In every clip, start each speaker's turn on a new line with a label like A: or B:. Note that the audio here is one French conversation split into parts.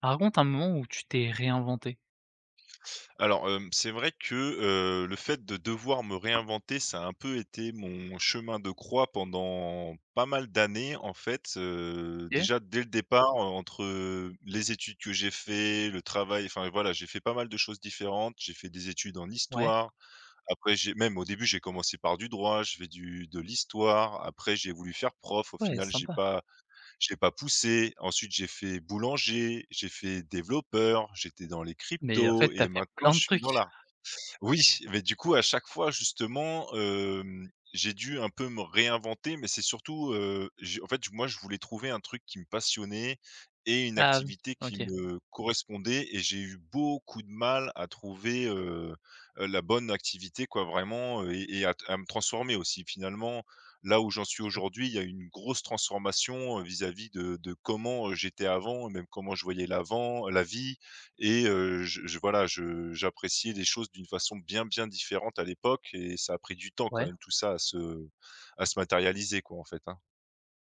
A: Raconte un moment où tu t'es réinventé.
B: Alors, c'est vrai que, le fait de devoir me réinventer, ça a un peu été mon chemin de croix pendant pas mal d'années, en fait,
A: OK,
B: déjà dès le départ, entre les études que j'ai fait, le travail, enfin voilà, j'ai fait pas mal de choses différentes. J'ai fait des études en
A: ouais,
B: histoire, après j'ai même au début, j'ai commencé par du droit, je fais du de l'histoire, après j'ai voulu faire prof, au
A: ouais,
B: final j'ai
A: sympa.
B: pas j'ai pas poussé. Ensuite, j'ai fait boulanger, j'ai fait développeur, j'étais dans les
A: Mais en
B: cryptos
A: fait, t'as
B: et
A: fait
B: maintenant
A: plein de
B: je suis dans
A: trucs.
B: la. Oui, mais du coup, à chaque fois justement, j'ai dû un peu me réinventer, mais c'est surtout, j'ai en fait, moi, je voulais trouver un truc qui me passionnait et une
A: Ah oui,
B: activité qui
A: OK,
B: me correspondait et j'ai eu beaucoup de mal à trouver, la bonne activité quoi vraiment, et à me transformer aussi. Finalement, là où j'en suis
A: sûr.
B: aujourd'hui, il y a eu une grosse transformation, vis-à-vis de comment, j'étais avant et même comment je voyais l'avant la vie et je voilà, je j'appréciais les choses d'une façon bien, bien différente à l'époque et ça a pris du temps quand
A: Ouais,
B: même tout ça à se matérialiser quoi, en fait, hein.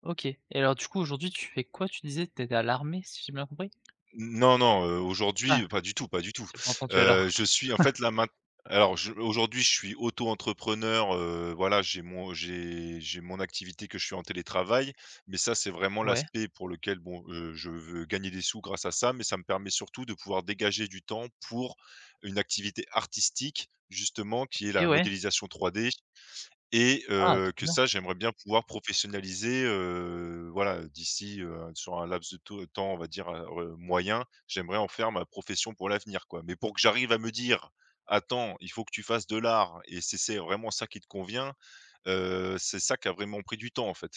A: OK. Et alors du coup, aujourd'hui, tu fais quoi? Tu disais? Tu étais à l'armée, si j'ai bien compris?
B: Non, non,
A: Ah,
B: aujourd'hui, pas du tout, pas du tout.
A: j'ai pas entendu alors.
B: Je suis en fait là main. Alors je aujourd'hui je suis auto-entrepreneur, voilà, j'ai mon activité, que je suis en télétravail, mais ça c'est vraiment
A: Ouais.
B: l'aspect pour lequel bon, je veux gagner des sous grâce à ça, mais ça me permet surtout de pouvoir dégager du temps pour une activité artistique justement, qui est
A: Et
B: la
A: ouais.
B: modélisation 3D. Et
A: Ah, trop
B: que
A: bien.
B: ça, j'aimerais bien pouvoir professionnaliser, voilà, d'ici, sur un laps de to temps, on va dire, moyen, j'aimerais en faire ma profession pour l'avenir, quoi. Mais pour que j'arrive à me dire: «Attends, il faut que tu fasses de l'art et si c'est vraiment ça qui te convient», c'est ça qui a vraiment pris du temps, en fait.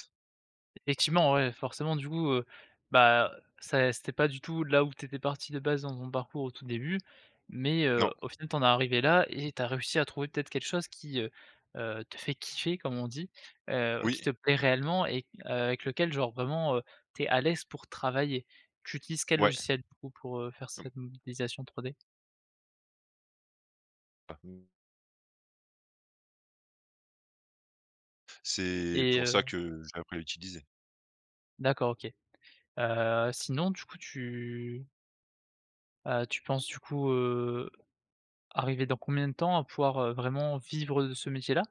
A: Effectivement, ouais, forcément, du coup, bah, ça c'était pas du tout là où tu étais parti de base dans ton parcours au tout début, mais
B: Non,
A: au final, t'en en es arrivé là et t'as réussi à trouver peut-être quelque chose qui, te fait «kiffer» comme on dit,
B: oui,
A: qui te plaît réellement et avec lequel genre vraiment, tu à l'aise pour travailler. Tu utilises quel
B: ouais.
A: logiciel du coup pour, faire
B: Mmh.
A: cette modélisation 3D?
B: Bah, c'est
A: Et
B: pour
A: heu
B: ça que j'ai appris à l'utiliser.
A: d'accord, OK. Sinon du coup tu penses du coup, arriver dans combien de temps à pouvoir, vraiment vivre de ce métier-là?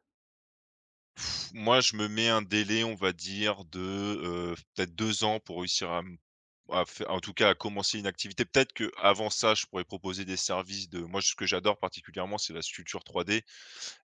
B: Moi, je me mets un délai, on va dire, de, peut-être 2 ans pour réussir à À f en tout cas, à commencer une activité. Peut-être qu'avant ça, je pourrais proposer des services de moi, ce que j'adore particulièrement, c'est la sculpture 3D,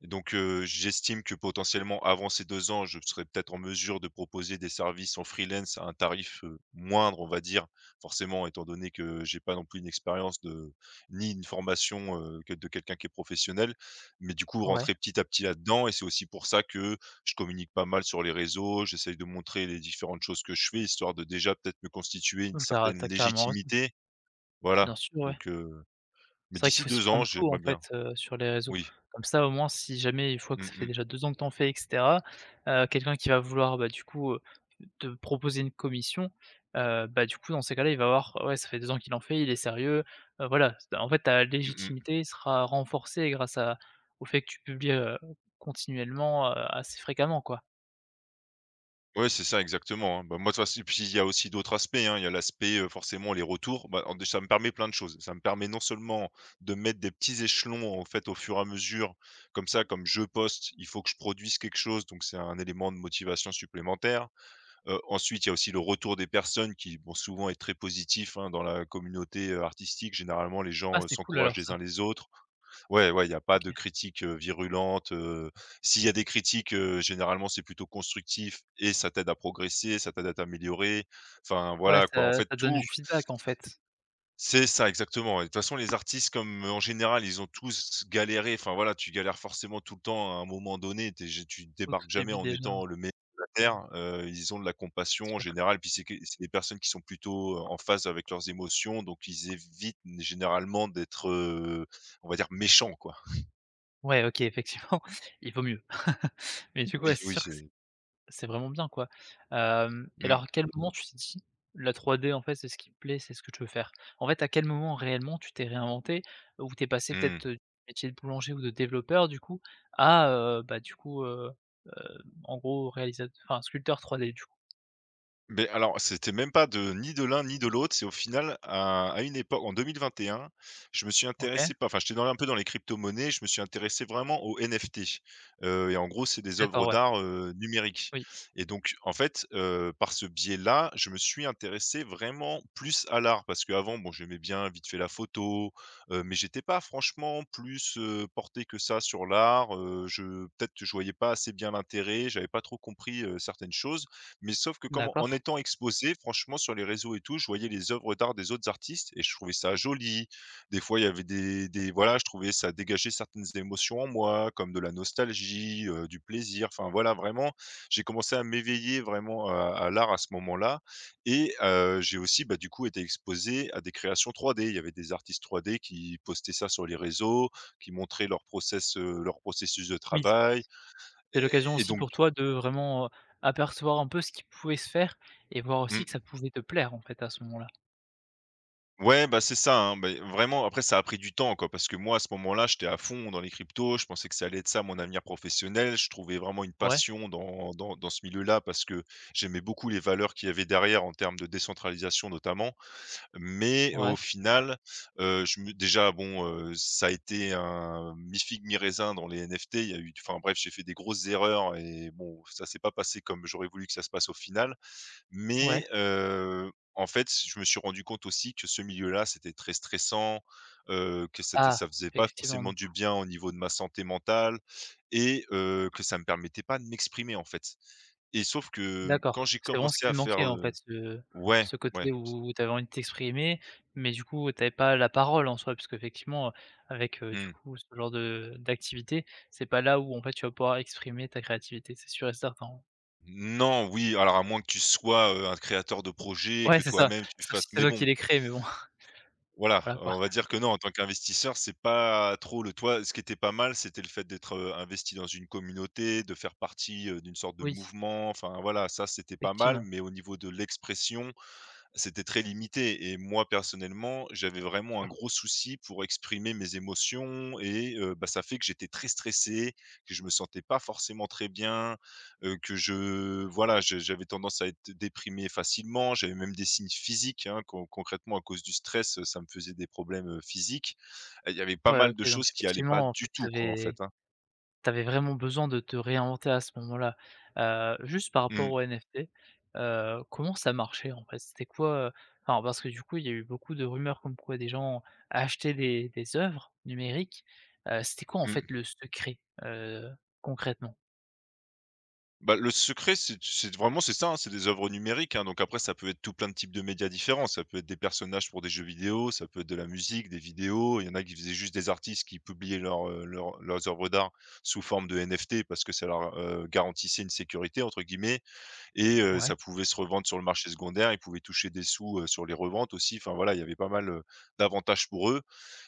B: donc, j'estime que potentiellement avant ces 2 ans, je serais peut-être en mesure de proposer des services en freelance à un tarif, moindre, on va dire. Forcément, étant donné que j'ai pas non plus une expérience de ni une formation, que de quelqu'un qui est professionnel. Mais du coup,
A: Ouais,
B: rentrer petit à petit là-dedans, et c'est aussi pour ça que je communique pas mal sur les réseaux. J'essaye de montrer les différentes choses que je fais, histoire de déjà peut-être me constituer une
A: donc t'as
B: certaine
A: as carrément raison,
B: légitimité.
A: bien
B: Voilà,
A: sûr, ouais.
B: donc, mais
A: C'est vrai qu'il
B: d'ici
A: faut s'y
B: 2 ans,
A: prendre tôt, en
B: j'aimerais bien.
A: fait, sur les réseaux.
B: Oui.
A: Comme ça, au moins, si jamais une fois que
B: Mmh
A: ça fait
B: mh.
A: déjà 2 ans que t'en fais et cetera, quelqu'un qui va vouloir, bah, du coup, te proposer une commission, bah, du coup, dans ces cas-là, il va voir, ouais, ça fait 2 ans qu'il en fait, il est sérieux, voilà. C'est en fait, ta
B: Mmh mmh.
A: légitimité sera renforcée grâce à au fait que tu publies, continuellement, assez fréquemment, quoi.
B: Ouais, c'est ça exactement, hein. Bah, moi, de toute façon, et puis il y a aussi d'autres aspects, hein. Il y a l'aspect, forcément, les retours, bah, en ça me permet plein de choses. Ça me permet, non seulement, de mettre des petits échelons, en fait, au fur et à mesure. Comme ça, comme je poste, il faut que je produise quelque chose, donc c'est un élément de motivation supplémentaire. Ensuite, il y a aussi le retour des personnes qui, bon, souvent est très positif, hein, dans la communauté, artistique. Généralement, les
A: Ah,
B: gens,
A: c'est cool
B: s'encouragent
A: alors
B: les uns
A: ça,
B: les autres. Ouais, ouais, il y a pas de
A: OK.
B: critiques, virulentes, s'il y a des critiques, généralement, c'est plutôt constructif et ça t'aide à progresser, ça t'aide à t'améliorer. Enfin,
A: Ouais,
B: voilà, quoi. En
A: ça
B: fait,
A: ça donne
B: tout
A: du feedback, en fait,
B: c'est ça, exactement, et de toute façon, les artistes, comme, en général, ils ont tous galéré. Enfin, voilà, tu galères forcément tout le temps à un moment donné. Tu es ja tu
A: au tout
B: débarques jamais
A: début
B: en
A: déjà, hein,
B: étant le meilleur de la terre. Ils ont de la
A: c'est
B: compassion, en
A: sûr.
B: général, puis c'est que c'est des personnes qui sont plutôt, en phase avec leurs émotions, donc ils évitent, généralement, d'être, on va dire, méchants, quoi.
A: Ouais, OK, effectivement, il vaut mieux. Mais du coup, ouais,
B: Oui,
A: c'est
B: oui,
A: sûr que c'est
B: c'est
A: c'est vraiment bien, quoi. Et
B: Mmh,
A: alors à quel moment tu t'es dit: «La 3D, en fait, c'est ce qui me plaît, c'est ce que je veux faire»? En fait, à quel moment réellement tu t'es réinventé? Ou t'es passé
B: mmh.
A: peut-être, du métier de boulanger ou de développeur du coup à, bah, du coup, heu, en gros réalisateur, enfin sculpteur 3D du coup?
B: Beh, alors, c'était même pas de ni de l'un ni de l'autre. C'est au final à une époque en 2021, je me suis
A: OK,
B: intéressé pas, enfin, j'étais dans un peu dans les crypto-monnaies. Je me suis intéressé vraiment aux NFT, et en gros, c'est des
A: d'accord,
B: œuvres
A: ouais.
B: d'art, numériques,
A: Oui,
B: et donc en fait, par ce biais-là, je me suis intéressé vraiment plus à l'art, parce qu'avant, bon, j'aimais bien vite fait la photo, mais j'étais pas franchement plus, porté que ça sur l'art, je peut-être que je voyais pas assez bien l'intérêt, j'avais pas trop compris, certaines choses. Mais sauf que comme, en
A: d'accord.
B: étant exposé, franchement, sur les réseaux et tout, je voyais les œuvres d'art des autres artistes et je trouvais ça joli. Des fois, il y avait des voilà, je trouvais ça dégageait certaines émotions en moi, comme de la nostalgie, du plaisir. Enfin, voilà, vraiment, j'ai commencé à m'éveiller vraiment à l'art à ce moment-là, et j'ai aussi, bah, du coup, été exposé à des créations 3D. Il y avait des artistes 3D qui postaient ça sur les réseaux, qui montraient leur processus de
A: Oui.
B: travail,
A: C'est
B: et
A: l'occasion
B: et
A: aussi
B: donc
A: pour toi de vraiment, apercevoir un peu ce qui pouvait se faire et voir aussi que ça
B: mmh.
A: pouvait te plaire, en fait, à ce moment-là.
B: Ouais, bah, c'est ça, hein, beh, vraiment, après, ça a pris du temps, quoi, parce que moi, à ce moment-là, j'étais à fond dans les cryptos, je pensais que ça allait être ça mon avenir professionnel. Je trouvais vraiment une
A: Ouais,
B: passion dans ce milieu-là, parce que j'aimais beaucoup les valeurs qu'il y avait derrière, en termes de décentralisation notamment. Mais au
A: ouais,
B: final, je me déjà bon, ça a été un mi-figue mi-raisin dans les NFT. Il y a eu Enfin bref, j'ai fait des grosses erreurs et bon, ça s'est pas passé comme j'aurais voulu que ça se passe au final.
A: ouais.
B: Mais en fait, je me suis rendu compte aussi que ce milieu-là, c'était très stressant, que c'était
A: Ah,
B: ça faisait pas
A: effectivement,
B: forcément
A: du
B: du
A: coup.
B: bien au niveau de ma santé mentale, et que ça me permettait pas de m'exprimer, en fait, et sauf que
A: D'accord.
B: quand j'ai
A: C'est vraiment ce qui
B: commencé
A: te
B: à
A: manquait,
B: faire,
A: en fait, ce
B: ouais,
A: ce
B: ouais,
A: côté où tu avais envie de t'exprimer, mais du coup, tu pas la parole en soi, puisqu'effectivement, avec, du
B: mmh.
A: coup, ce genre de d'activité, c'est pas là où, en fait, tu vas pouvoir exprimer ta créativité, c'est sûr et certain.
B: Non, oui, alors à moins que tu sois, un créateur de projet et
A: Ouais,
B: que
A: c'est ça,
B: toi-même tu
A: sauf
B: fasses,
A: si c'est
B: mais
A: toi qui
B: bon,
A: les crée, mais bon,
B: voilà,
A: voilà, quoi.
B: on va dire que non, en tant qu'investisseur, c'est pas trop le toi, ce qui était pas mal, c'était le fait d'être, investi dans une communauté, de faire partie, d'une sorte de
A: Oui,
B: mouvement, enfin voilà, ça c'était pas mal,
A: effectivement,
B: mais au niveau de l'expression, c'était très limité et moi personnellement, j'avais vraiment un
A: sûr.
B: gros souci pour exprimer mes émotions et bah, ça fait que j'étais très stressé, que je me sentais pas forcément très bien, que je voilà, je j'avais tendance à être déprimé facilement. J'avais même des signes physiques, hein, concrètement, à cause du stress, ça me faisait des problèmes, physiques. Il y avait pas
A: Ouais,
B: mal de
A: OK, donc
B: choses qui allaient pas
A: effectivement, en
B: du
A: fait, tu
B: tout quoi, en
A: avais
B: fait, hein.
A: vraiment besoin de te réinventer à ce moment-là. Juste par rapport
B: Mmh.
A: aux NFT, comment ça marchait, en fait? C'était quoi, enfin, parce que du coup, il y a eu beaucoup de rumeurs comme quoi des gens achetaient des œuvres numériques. C'était quoi, en fait,
B: Mmh.
A: le secret, heu, concrètement?
B: Bah, le secret, c'est vraiment c'est ça, hein, c'est des œuvres numériques, hein, donc après ça peut être tout plein de types de médias différents. Ça peut être des personnages pour des jeux vidéo, ça peut être de la musique, des vidéos. Il y en a qui faisaient, juste des artistes qui publiaient leurs œuvres d'art sous forme de NFT, parce que ça leur, garantissait une «sécurité» entre guillemets, et
A: Ouais.
B: ça pouvait se revendre sur le marché secondaire. Ils pouvaient toucher des sous, sur les reventes aussi. Enfin voilà, il y avait pas mal, d'avantages pour eux,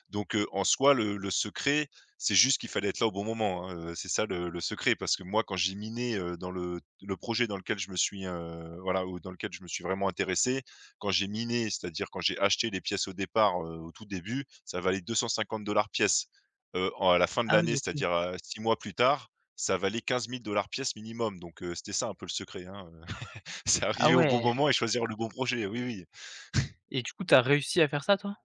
B: donc, en soi, le secret, c'est juste qu'il fallait être là au bon moment, hein, c'est ça le secret. Parce que moi, quand j'ai miné, dans le projet dans lequel je me suis, voilà, ou dans lequel je me suis vraiment intéressé, quand j'ai miné, c'est-à-dire quand j'ai acheté les pièces au départ, au tout début, ça valait 250 pièce. En à la fin de
A: Ah oui,
B: l'année,
A: OK.
B: c'est-à-dire, 6 mois plus tard, ça valait 15 000 pièce minimum. Donc, c'était ça un peu le secret, hein, c'est
A: Ah
B: arriver au bon
A: ouais
B: moment et choisir le bon projet, oui, oui.
A: et du coup, t'as réussi à faire ça, toi?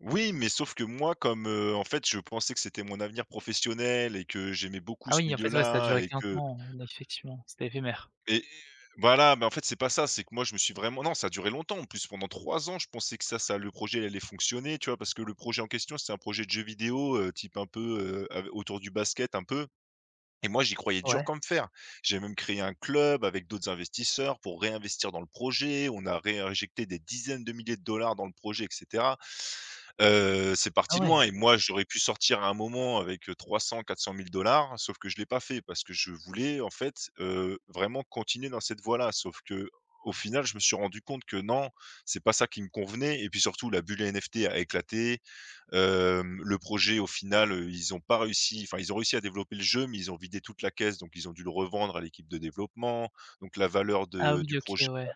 B: Oui, mais sauf que moi, en fait, je pensais que c'était mon avenir professionnel et que j'aimais beaucoup
A: Ah
B: ce
A: oui, en fait, ouais, ça a
B: milieu-là
A: duré qu'un temps, effectivement, c'était éphémère.
B: et voilà. Mais en fait, c'est pas ça, c'est que moi, je me suis vraiment non, ça a duré longtemps. En plus, pendant 3 ans, je pensais que ça le projet, il allait fonctionner, tu vois? Parce que le projet en question, c'était un projet de jeu vidéo, type un peu, av autour du basket un peu. Et moi, j'y croyais dur
A: Ouais.
B: comme fer. J'ai même créé un club avec d'autres investisseurs pour réinvestir dans le projet. On a réinjecté des dizaines de milliers de dollars dans le projet, et cetera. C'est
A: Ah
B: parti loin
A: ouais.
B: et moi, j'aurais pu sortir à un moment avec, 300-400 000, sauf que je l'ai pas fait parce que je voulais, en fait, vraiment continuer dans cette voie-là. Sauf que au final, je me suis rendu compte que non, c'est pas ça qui me convenait et puis surtout la bulle NFT a éclaté. Le projet au final, ils ont pas réussi, enfin ils ont réussi à développer le jeu, mais ils ont vidé toute la caisse, donc ils ont dû le revendre à l'équipe de développement. Donc la valeur
A: Ah
B: de du
A: oui, OK,
B: projet
A: ouais,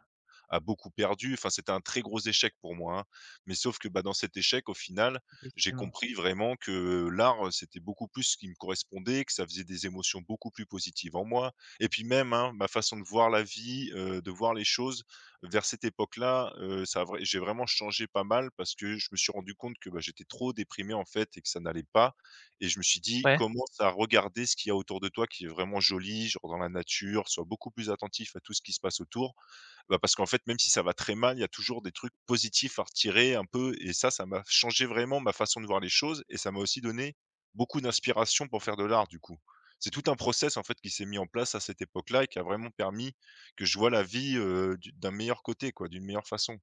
B: a beaucoup perdu. Enfin, c'était un très gros échec pour moi, hein. Mais sauf que, bah, dans cet échec, au final, j'ai
A: effectivement.
B: compris vraiment que l'art, c'était beaucoup plus ce qui me correspondait, que ça faisait des émotions beaucoup plus positives en moi, et puis même, hein, ma façon de voir la vie, de voir les choses, vers cette époque-là, ça a vrai j'ai vraiment changé pas mal parce que je me suis rendu compte que, bah, j'étais trop déprimé, en fait, et que ça n'allait pas. Et je me suis dit:
A: Ouais.
B: «Commence à regarder ce qu'il y a autour de toi qui est vraiment joli, genre dans la nature, sois beaucoup plus attentif à tout ce qui se passe autour.» Bah, parce qu'en fait, même si ça va très mal, il y a toujours des trucs positifs à retirer un peu, et ça m'a changé vraiment ma façon de voir les choses et ça m'a aussi donné beaucoup d'inspiration pour faire de l'art, du coup. C'est tout un process, en fait, qui s'est mis en place à cette époque-là et qui a vraiment permis que je vois la vie, du d'un meilleur côté, quoi, d'une meilleure façon.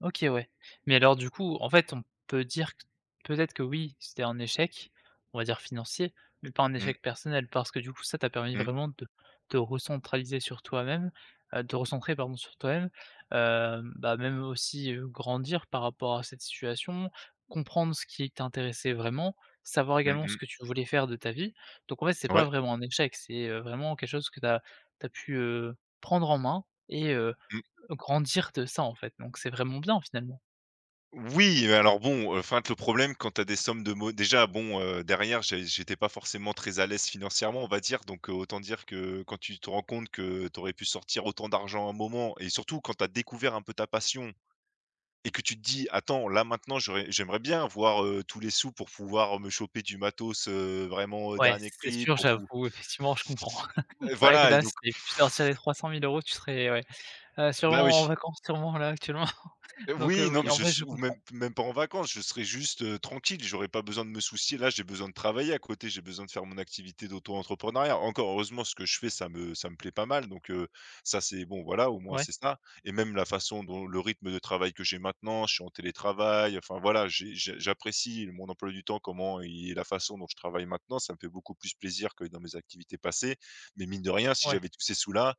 A: OK, ouais. Mais alors du coup, en fait, on peut dire q peut-être que oui, c'était un échec, on va dire financier, mais pas un
B: Mmh.
A: échec personnel parce que du coup ça t'a permis
B: Mmh.
A: vraiment de te recentraliser sur toi-même, te recentrer pardon sur toi-même, bah, même aussi, grandir par rapport à cette situation, comprendre ce qui t'intéressait vraiment, savoir
B: Mmh
A: également ce
B: mh.
A: que tu voulais faire de ta vie. Donc en fait, c'est pas
B: Ouais.
A: vraiment un échec, c'est, vraiment quelque chose que t'as pu, prendre en main et grandir de ça, en fait, donc c'est vraiment bien finalement.
B: Oui, alors bon, enfin, le problème quand tu as des sommes de mo déjà bon, derrière j'étais pas forcément très à l'aise financièrement, on va dire, donc autant dire que quand tu te rends compte que tu aurais pu sortir autant d'argent à un moment, et surtout quand tu as découvert un peu ta passion et que tu te dis: «Attends, là maintenant j'aimerais bien avoir, tous les sous pour pouvoir me choper du matos, vraiment,
A: Ouais,
B: dernier
A: c'est
B: cri
A: sûr,
B: pour pou.»
A: j'avoue, effectivement, je comprends. C'est vrai que
B: Voilà. Et
A: là,
B: donc
A: si tu sortirais les 300 000 € tu serais ouais,
B: bah, oui.
A: sûrement en vacances, sûrement là actuellement. Donc,
B: Oui, non,
A: oui,
B: mais
A: en
B: je
A: vrai,
B: s
A: je
B: ou même
A: comprends.
B: même pas en vacances, je serais juste, tranquille, j'aurais pas besoin de me soucier. Là, j'ai besoin de travailler à côté, j'ai besoin de faire mon activité d'auto-entrepreneuriat. Encore heureusement, ce que je fais, ça me plaît pas mal, donc ça, c'est bon, voilà, au moins,
A: Ouais,
B: c'est ça. Et même la façon dont le rythme de travail que j'ai maintenant, je suis en télétravail, enfin, voilà, j'apprécie mon emploi du temps, comment et la façon dont je travaille maintenant, ça me fait beaucoup plus plaisir que dans mes activités passées. Mais mine de rien, si
A: ouais,
B: j'avais tous ces sous-là,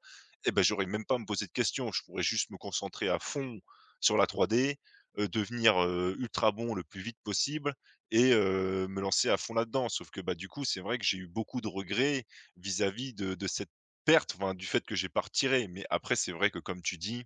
B: eh ben j'aurais même pas à me poser de questions. Je pourrais juste me concentrer à fond sur la 3D, devenir, ultra bon le plus vite possible et me lancer à fond là-dedans. Sauf que, bah, du coup, c'est vrai que j'ai eu beaucoup de regrets vis-à-vis de cette perte, enfin, du fait que j'ai pas retiré. Mais après, c'est vrai que comme tu dis,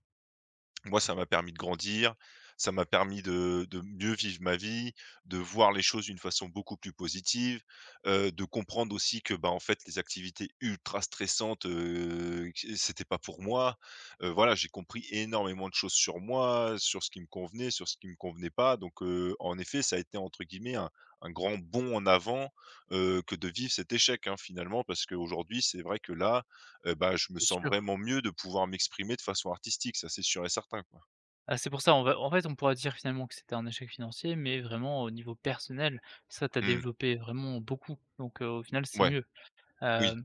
B: moi, ça m'a permis de grandir, ça m'a permis de mieux vivre ma vie, de voir les choses d'une façon beaucoup plus positive, de comprendre aussi que, bah, en fait, les activités ultra stressantes, que c'était pas pour moi. Voilà, j'ai compris énormément de choses sur moi, sur ce qui me convenait, sur ce qui me convenait pas. Donc, en effet, ça a été entre guillemets un grand bond en avant, que de vivre cet échec, hein, finalement. Parce qu'aujourd'hui, c'est vrai que là, bah, je me
A: c'est
B: sens
A: sûr.
B: vraiment mieux de pouvoir m'exprimer de façon artistique, ça c'est sûr et certain, quoi.
A: Ah, c'est pour ça, on va en fait, on pourra dire finalement que c'était un échec financier, mais vraiment au niveau personnel, ça, tu
B: Mmh.
A: développé vraiment beaucoup, donc au final, c'est
B: Ouais,
A: mieux.
B: oui,
A: Hem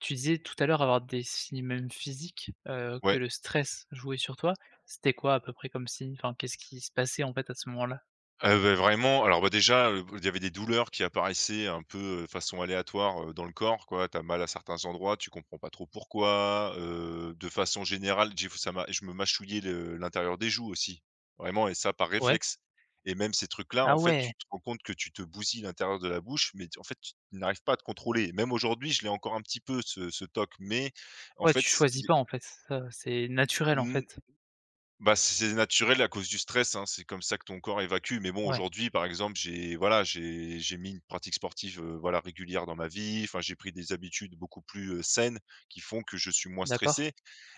A: Tu disais tout à l'heure avoir des signes même physiques, que
B: ouais.
A: le stress jouait sur toi. C'était quoi à peu près comme signe? Enfin, qu'est-ce qui se passait en fait à ce moment-là?
B: Ah beh, vraiment, alors, bah, déjà, il y avait des douleurs qui apparaissaient un peu, façon aléatoire, dans le corps, quoi. T'as mal à certains endroits, tu comprends pas trop pourquoi, de façon générale, j'ai f ça m'a je me mâchouillais le l'intérieur des joues aussi, vraiment, et ça par
A: Ouais.
B: réflexe. Et même ces trucs-là,
A: Ah
B: en fait,
A: ouais!
B: tu te rends compte que tu te bousilles l'intérieur de la bouche, mais en fait, tu n'arrives pas à te contrôler. Même aujourd'hui, je l'ai encore un petit peu ce toc, mais en
A: Ouais, tu
B: fait,
A: choisis pas en fait, c'est ça, c'est naturel en
B: Mmh,
A: fait?
B: bah, c'est naturel à cause du stress, hein. C'est comme ça que ton corps évacue. Mais bon,
A: Ouais,
B: aujourd'hui, par exemple, j'ai voilà, j'ai mis une pratique sportive, voilà, régulière dans ma vie. Enfin, j'ai pris des habitudes beaucoup plus, saines qui font que je suis moins
A: d'accord.
B: stressé.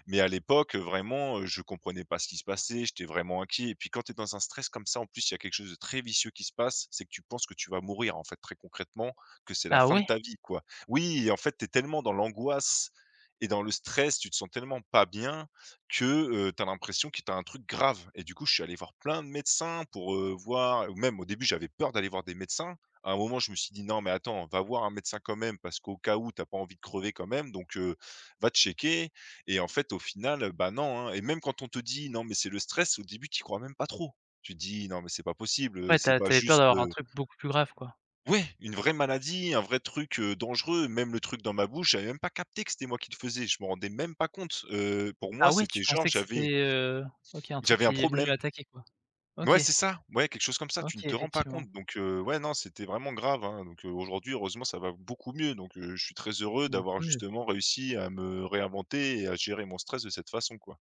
B: Mais à l'époque, vraiment, je comprenais pas ce qui se passait. J'étais vraiment inquiet. Et puis, quand tu es dans un stress comme ça, en plus, il y a quelque chose de très vicieux qui se passe. C'est que tu penses que tu vas mourir, en fait, très concrètement, que c'est la
A: Ah
B: fin de
A: ouais?
B: ta vie, quoi. Oui, et en fait, tu es tellement dans l'angoisse et dans le stress, tu te sens tellement pas bien que, tu l'impression que t'as un truc grave, et du coup, je suis allé voir plein de médecins pour, voir, ou même au début, j'avais peur d'aller voir des médecins. À un moment, je me suis dit: «Non mais attends, va voir un médecin quand même, parce qu'au cas où, t'as pas envie de crever quand même, donc va te checker.» Et en fait, au final, bah, non, hein. Et même quand on te dit: «Non mais c'est le stress», au début, tu y crois même pas trop. Tu te dis: «Non mais c'est pas possible,
A: Ouais, tu
B: c'est
A: as
B: pas
A: peur
B: juste,
A: d'avoir
B: heu»
A: un truc beaucoup plus grave quoi?
B: Ouais, une vraie maladie, un vrai truc, dangereux. Même le truc dans ma bouche, j'avais même pas capté que c'était moi qui le faisais. Je me rendais même pas compte. Pour
A: Ah
B: moi,
A: ouais, tu
B: c'était genre
A: pensais que c'était, OK, un truc
B: j'avais un
A: qui est venu
B: problème.
A: attaquer quoi? OK,
B: Ouais, c'est ça, ouais, quelque chose comme ça, tu ne
A: OK,
B: te rends pas
A: effectivement.
B: compte, donc ouais, non, c'était vraiment grave, hein, donc aujourd'hui, heureusement, ça va beaucoup mieux, donc je suis très heureux
A: Bon,
B: d'avoir
A: tant mieux.
B: justement réussi à me réinventer et à gérer mon stress de cette façon, quoi.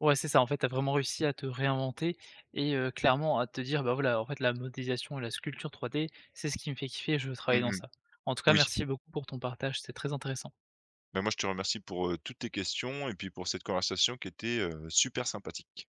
A: Ouais, c'est ça, en fait, tu as vraiment réussi à te réinventer et clairement à te dire: «Bah, voilà, en fait, la modélisation et la sculpture 3D, c'est ce qui me fait kiffer, je veux travailler
B: Mmh
A: dans
B: mh.
A: ça». En tout cas,
B: Oui.
A: merci beaucoup pour ton partage, c'était très intéressant.
B: Ben moi, je te remercie pour, toutes tes questions et puis pour cette conversation qui était, super sympathique.